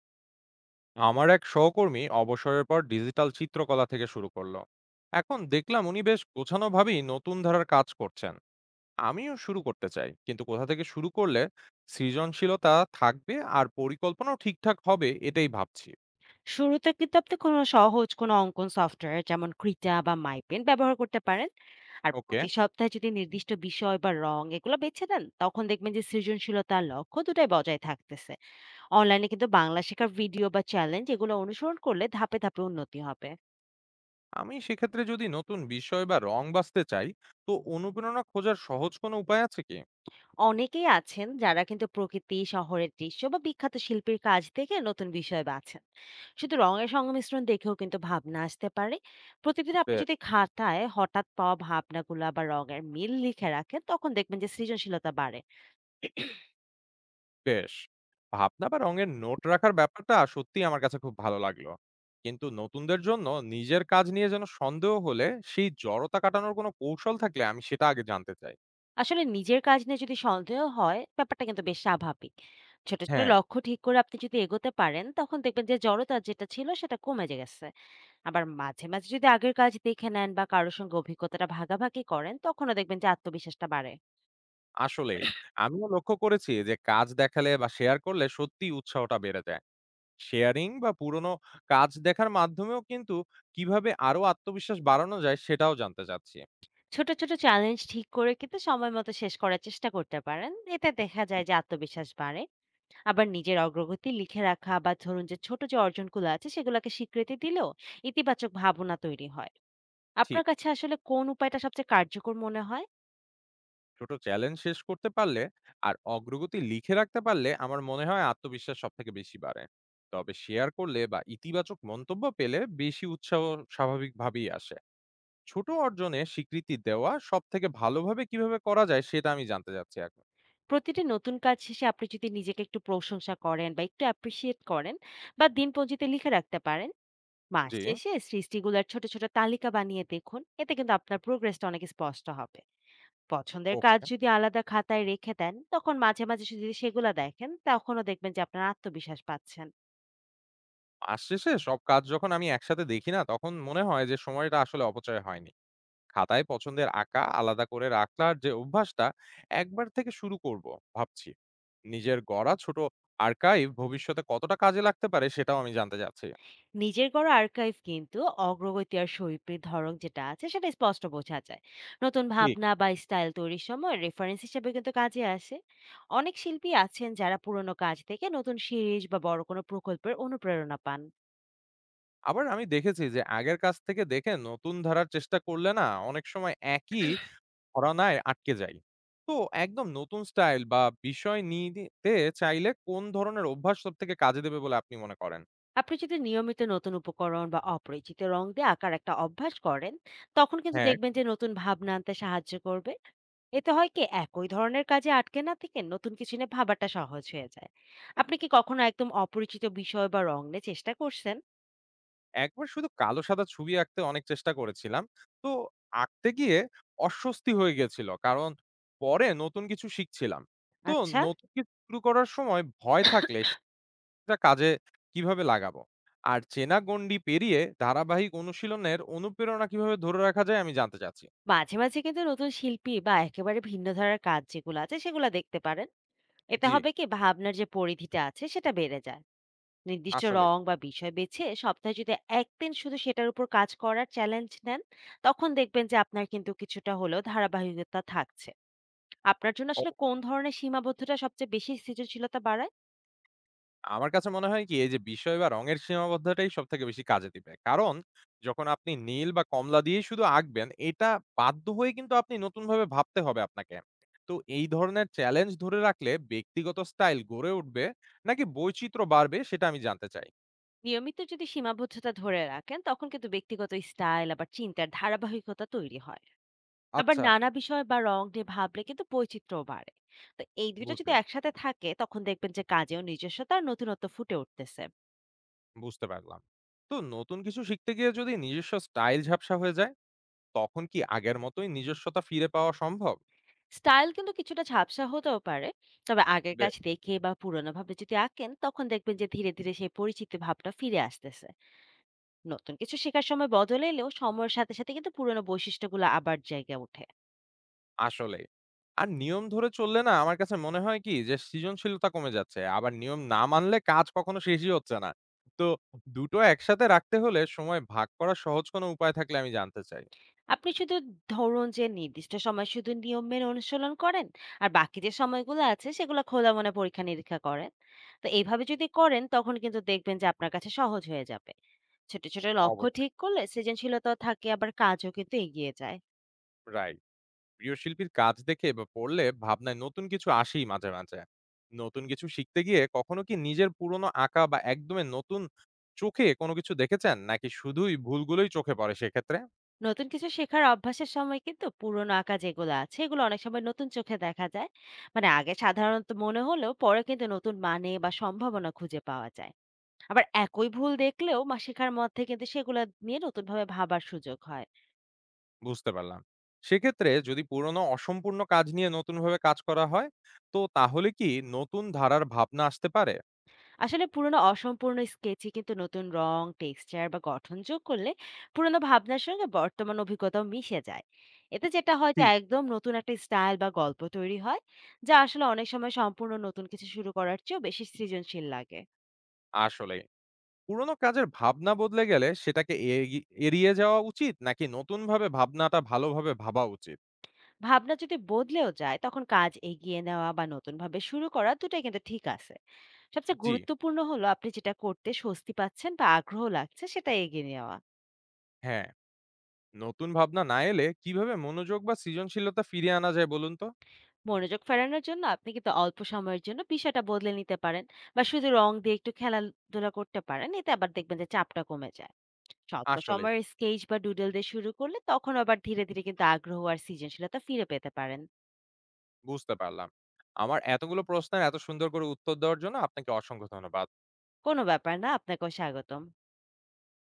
আমার এক সহকর্মী অবসরের পর ডিজিটাল চিত্রকলা থেকে শুরু করলো। এখন দেখলাম উনি বেশ গোছানোভাবেই নতুন ধারার কাজ করছেন। আমিও শুরু করতে চাই, কিন্তু কোথা থেকে শুরু করলে সৃজনশীলতা থাকবে আর পরিকল্পনাও ঠিকঠাক হবে এটাই ভাবছি। শুরুতে কিন্তু আপনি কোনো সহজ কোনো অঙ্কন সফটওয়্যার যেমন ক্রিটা বা মাইপেন ব্যবহার করতে পারেন। আর ওকে। প্রতি সপ্তাহে যদি নির্দিষ্ট বিষয় বা রং এগুলো বেছে নেন, তখন দেখবেন যে সৃজনশীলতা আর লক্ষ্য দুটাই বজায় থাকতেছে। অনলাইনে কিন্তু বাংলা শেখার ভিডিও বা চ্যালেঞ্জ এগুলো অনুসরণ করলে ধাপে ধাপে উন্নতি হবে। আমি সেক্ষেত্রে যদি নতুন বিষয় বা রং বাছতে চাই, তো অনুপ্রেরণা খোঁজার সহজ কোনো উপায় আছে কি? অনেকেই আছেন যারা কিন্তু প্রকৃতি, শহরের দৃশ্য বা বিখ্যাত শিল্পীর কাজ দেখে নতুন বিষয় বাছেন। শুধু রঙের সংমিশ্রণ দেখেও কিন্তু ভাবনা আসতে পারে। প্রতিদিন আপনি যদি খাতায় হঠাৎ পাওয়া ভাবনাগুলো বা রঙের মিল লিখে রাখেন, তখন দেখবেন যে সৃজনশীলতা বাড়ে। বেশ! ভাবনা বা রঙের নোট রাখার ব্যাপারটা সত্যিই আমার কাছে খুব ভালো লাগলো। কিন্তু নতুনদের জন্য নিজের কাজ নিয়ে যেন সন্দেহ হলে সেই জড়তা কাটানোর কোনো কৌশল থাকলে আমি সেটা আগে জানতে চাই। আসলে নিজের কাজ নিয়ে যদি সন্দেহ হয়, ব্যাপারটা কিন্তু বেশ স্বাভাবিক। ছোট ছোট হ্যাঁ, লক্ষ্য ঠিক করে আপনি যদি এগোতে পারেন, তখন দেখবেন যে জড়তা যেটা ছিল সেটা কমে গেছে। আবার মাঝে মাঝে যদি আগের কাজ দেখে নেন বা কারোর সঙ্গে অভিজ্ঞতাটা ভাগাভাগি করেন, তখনও দেখবেন যে আত্মবিশ্বাসটা বাড়ে। আসলেই। আমিও লক্ষ্য করেছি যে কাজ দেখালে বা শেয়ার করলে সত্যিই উৎসাহটা বেড়ে যায়। শেয়ারিং বা পুরনো কাজ দেখার মাধ্যমেও কিন্তু কিভাবে আরো আত্মবিশ্বাস বাড়ানো যায় সেটাও জানতে চাচ্ছি। ছোট ছোট চ্যালেঞ্জ ঠিক করে কিন্তু সময় মতো শেষ করার চেষ্টা করতে পারেন, এতে দেখা যায় যে আত্মবিশ্বাস বাড়ে। আবার নিজের অগ্রগতি লিখে রাখা বা ধরুন যে ছোট যে অর্জনগুলো আছে সেগুলোকে স্বীকৃতি দিলেও ইতিবাচক ভাবনা তৈরি হয়। ঠিক। আপনার কাছে আসলে কোন উপায়টা সবচেয়ে কার্যকর মনে হয়? ছোট চ্যালেঞ্জ শেষ করতে পারলে আর অগ্রগতি লিখে রাখতে পারলে আমার মনে হয় আত্মবিশ্বাস সব থেকে বেশি বাড়ে। তবে শেয়ার করলে বা ইতিবাচক মন্তব্য পেলে বেশি উৎসাহ স্বাভাবিকভাবেই আসে। ছোট অর্জনে স্বীকৃতি দেওয়া সব থেকে ভালোভাবে কিভাবে করা যায় সেটা আমি জানতে চাচ্ছি এখন। প্রতিটি নতুন কাজ শেষে আপনি যদি নিজেকে একটু প্রশংসা করেন বা একটু অ্যাপ্রিসিয়েট করেন বা দিনপঞ্জিতে লিখে রাখতে পারেন, মাস জি। শেষে সৃষ্টিগুলোর ছোট ছোট তালিকা বানিয়ে দেখুন, এতে কিন্তু আপনার প্রোগ্রেসটা অনেক স্পষ্ট হবে। পছন্দের কাজ ওকে। যদি আলাদা খাতায় রেখে দেন, তখন মাঝে মাঝে যদি সেগুলো দেখেন, তখনও দেখবেন যে আপনার আত্মবিশ্বাস পাচ্ছেন। মাস শেষে সব কাজ যখন আমি একসাথে দেখি না তখন মনে হয় যে সময়টা আসলে অপচয় হয়নি। খাতায় পছন্দের আঁকা আলাদা করে রাখলার যে অভ্যাসটা একবার থেকে শুরু করব ভাবছি। নিজের গড়া ছোট আর্কাইভ ভবিষ্যতে কতটা কাজে লাগতে পারে সেটাও আমি জানতে চাচ্ছি। নিজের গড় আর্কাইভ কিন্তু অগ্রগতি আর শৈল্পিক ধরন যেটা আছে সেটা স্পষ্ট বোঝা যায়। নতুন ঠিক। ভাবনা বা স্টাইল তৈরির সময় রেফারেন্স হিসেবে কিন্তু কাজে আসে। অনেক শিল্পী আছেন যারা পুরনো কাজ থেকে নতুন সিরিজ বা বড় কোনো প্রকল্পের অনুপ্রেরণা পান। আবার আমি দেখেছি যে আগের কাজ থেকে দেখে নতুন ধারার চেষ্টা করলে না অনেক সময় একই ঘরানায় আটকে যাই। তো একদম নতুন স্টাইল বা বিষয় নিতে চাইলে কোন ধরনের অভ্যাস সব থেকে কাজে দেবে বলে আপনি মনে করেন? আপনি যদি নিয়মিত নতুন উপকরণ বা অপরিচিত রং দিয়ে আঁকার একটা অভ্যাস করেন, তখন কিন্তু হ্যাঁ। দেখবেন যে নতুন ভাবনা আনতে সাহায্য করবে। এতে হয় কি, একই ধরনের কাজে আটকে না থেকে নতুন কিছু নিয়ে ভাবাটা সহজ হয়ে যায়। আপনি কি কখনো একদম অপরিচিত বিষয় বা রং নিয়ে চেষ্টা করছেন? একবার শুধু কালো-সাদা ছবি আঁকতে অনেক চেষ্টা করেছিলাম। তো আঁকতে গিয়ে অস্বস্তি হয়ে গেছিল। কারণ পরে নতুন কিছু শিখছিলাম। তো আচ্ছা, নতুন কিছু শুরু করার সময় ভয় থাকলে সেটা কাজে কিভাবে লাগাবো? আর চেনা গণ্ডি পেরিয়ে ধারাবাহিক অনুশীলনের অনুপ্রেরণা কিভাবে ধরে রাখা যায় আমি জানতে চাচ্ছি। মাঝে মাঝে কিন্তু নতুন শিল্পী বা একেবারে ভিন্ন ধারার কাজ যেগুলো আছে সেগুলো দেখতে পারেন। এতে জি, হবে কি, ভাবনার যে পরিধিটা আছে সেটা বেড়ে যায়। নির্দিষ্ট আসলেই। রং বা বিষয় বেছে সপ্তাহে যদি একদিন শুধু সেটার উপর কাজ করার চ্যালেঞ্জ নেন, তখন দেখবেন যে আপনার কিন্তু কিছুটা হলেও ধারাবাহিকতা থাকছে। আপনার জন্য আসলে কোন ধরনের সীমাবদ্ধতা সবচেয়ে বেশি সৃজনশীলতা বাড়ায়? আমার কাছে মনে হয় কি এই যে বিষয় বা রঙের সীমাবদ্ধতাই সব থেকে বেশি কাজে দিবে। কারণ যখন আপনি নীল বা কমলা দিয়েই শুধু আঁকবেন, এটা বাধ্য হয়ে কিন্তু আপনি নতুনভাবে ভাবতে হবে আপনাকে। তো এই ধরনের চ্যালেঞ্জ ধরে রাখলে ব্যক্তিগত স্টাইল গড়ে উঠবে নাকি বৈচিত্র্য বাড়বে সেটা আমি জানতে চাই। নিয়মিত যদি সীমাবদ্ধতা ধরে রাখেন, তখন কিন্তু ব্যক্তিগত স্টাইল আবার চিন্তার ধারাবাহিকতা তৈরি হয়। আবার আচ্ছা, নানা বিষয় বা রং নিয়ে ভাবলে কিন্তু বৈচিত্র্য বাড়ে। তো এই দুইটা যদি বুঝলাম, একসাথে থাকে, তখন দেখবেন যে কাজেও নিজস্বতা আর নতুনত্ব ফুটে উঠতেছে। বুঝতে পারলাম। তো নতুন কিছু শিখতে গিয়ে যদি নিজস্ব স্টাইল ঝাপসা হয়ে যায়, তখন কি আগের মতোই নিজস্বতা ফিরে পাওয়া সম্ভব? স্টাইল কিন্তু কিছুটা ঝাপসা হতেও পারে, তবে আগের কাজ দেখে বা পুরোনো ভাবে যদি আঁকেন, তখন দেখবেন যে ধীরে ধীরে সেই পরিচিতি ভাবটা ফিরে আসতেছে। নতুন কিছু শেখার সময় বদল এলেও সময়ের সাথে সাথে কিন্তু পুরোনো বৈশিষ্ট্যগুলো আবার জায়গায় ওঠে। আসলেই। আর নিয়ম ধরে চললে না আমার কাছে মনে হয় কি যে সৃজনশীলতা কমে যাচ্ছে। আবার নিয়ম না মানলে কাজ কখনো শেষই হচ্ছে না। তো দুটো একসাথে রাখতে হলে সময় ভাগ করার সহজ কোনো উপায় থাকলে আমি জানতে চাই। আপনি শুধু ধরুন যে নির্দিষ্ট সময় শুধু নিয়ম মেনে অনুশীলন করেন, আর বাকি যে সময়গুলো আছে সেগুলো খোলা মনে পরীক্ষা নিরীক্ষা করেন। তো এইভাবে যদি করেন, তখন কিন্তু দেখবেন যে আপনার কাছে সহজ হয়ে যাবে। ছোট ছোট লক্ষ্য অবশ্যই। ঠিক করলে সৃজনশীলতা থাকে, আবার কাজও কিন্তু এগিয়ে যায়। রাইট। প্রিয় শিল্পীর কাজ দেখে বা পড়লে ভাবনায় নতুন কিছু আসেই মাঝে, মাঝে। নতুন কিছু শিখতে গিয়ে কখনো কি নিজের পুরনো আঁকা বা একদমই নতুন চোখে কোনো কিছু দেখেছেন? নাকি শুধুই ভুলগুলোই চোখে পড়ে সেক্ষেত্রে? নতুন কিছু শেখার অভ্যাসের সময় কিন্তু পুরোনো আঁকা যেগুলো আছে এগুলো অনেক সময় নতুন চোখে দেখা যায়। মানে আগে সাধারণত মনে হলেও পরে কিন্তু নতুন মানে বা সম্ভাবনা খুঁজে পাওয়া যায়। আবার একই ভুল দেখলেও মা শেখার মধ্যে কিন্তু সেগুলো নিয়ে নতুনভাবে ভাবার সুযোগ হয়। বুঝতে পারলাম। সেক্ষেত্রে যদি পুরনো অসম্পূর্ণ কাজ নিয়ে নতুনভাবে কাজ করা হয়, তো তাহলে কি নতুন ধারার ভাবনা আসতে পারে? আসলে পুরোনো অসম্পূর্ণ স্কেচই কিন্তু নতুন রং, টেক্সচার বা গঠন যোগ করলে পুরোনো ভাবনার সঙ্গে বর্তমান অভিজ্ঞতাও মিশে যায়। এতে যেটা হয় যে ঠিক। একদম নতুন একটা স্টাইল বা গল্প তৈরি হয়, যা আসলে অনেক সময় সম্পূর্ণ নতুন কিছু শুরু করার চেয়েও বেশি সৃজনশীল লাগে। আসলেই। পুরনো কাজের ভাবনা বদলে গেলে সেটাকে এড়িয়ে যাওয়া উচিত নাকি নতুনভাবে ভাবনাটা ভালোভাবে ভাবা উচিত? ভাবনা যদি বদলেও যায়, তখন কাজ এগিয়ে নেওয়া বা নতুন ভাবে শুরু করা দুটাই কিন্তু ঠিক আছে। সবচেয়ে জি। গুরুত্বপূর্ণ হলো আপনি যেটা করতে স্বস্তি পাচ্ছেন বা আগ্রহ লাগছে সেটা এগিয়ে নেওয়া। হ্যাঁ, নতুন ভাবনা না এলে কিভাবে মনোযোগ বা সৃজনশীলতা ফিরিয়ে আনা যায় বলুন তো? মনোযোগ ফেরানোর জন্য আপনি কিন্তু অল্প সময়ের জন্য বিষয়টা বদলে নিতে পারেন বা শুধু রং দিয়ে একটু খেলাধুলা করতে পারেন, এতে আবার দেখবেন যে চাপটা কমে যায়। স্বল্প আসলেই, সময়ের স্কেচ বা ডুডল দিয়ে শুরু করলে তখন আবার ধীরে ধীরে কিন্তু আগ্রহ আর সৃজনশীলতা ফিরে পেতে পারেন। বুঝতে পারলাম। আমার এতগুলো প্রশ্নের এত সুন্দর করে উত্তর দেওয়ার জন্য আপনাকে অসংখ্য ধন্যবাদ। কোনো ব্যাপার না, আপনাকেও স্বাগতম।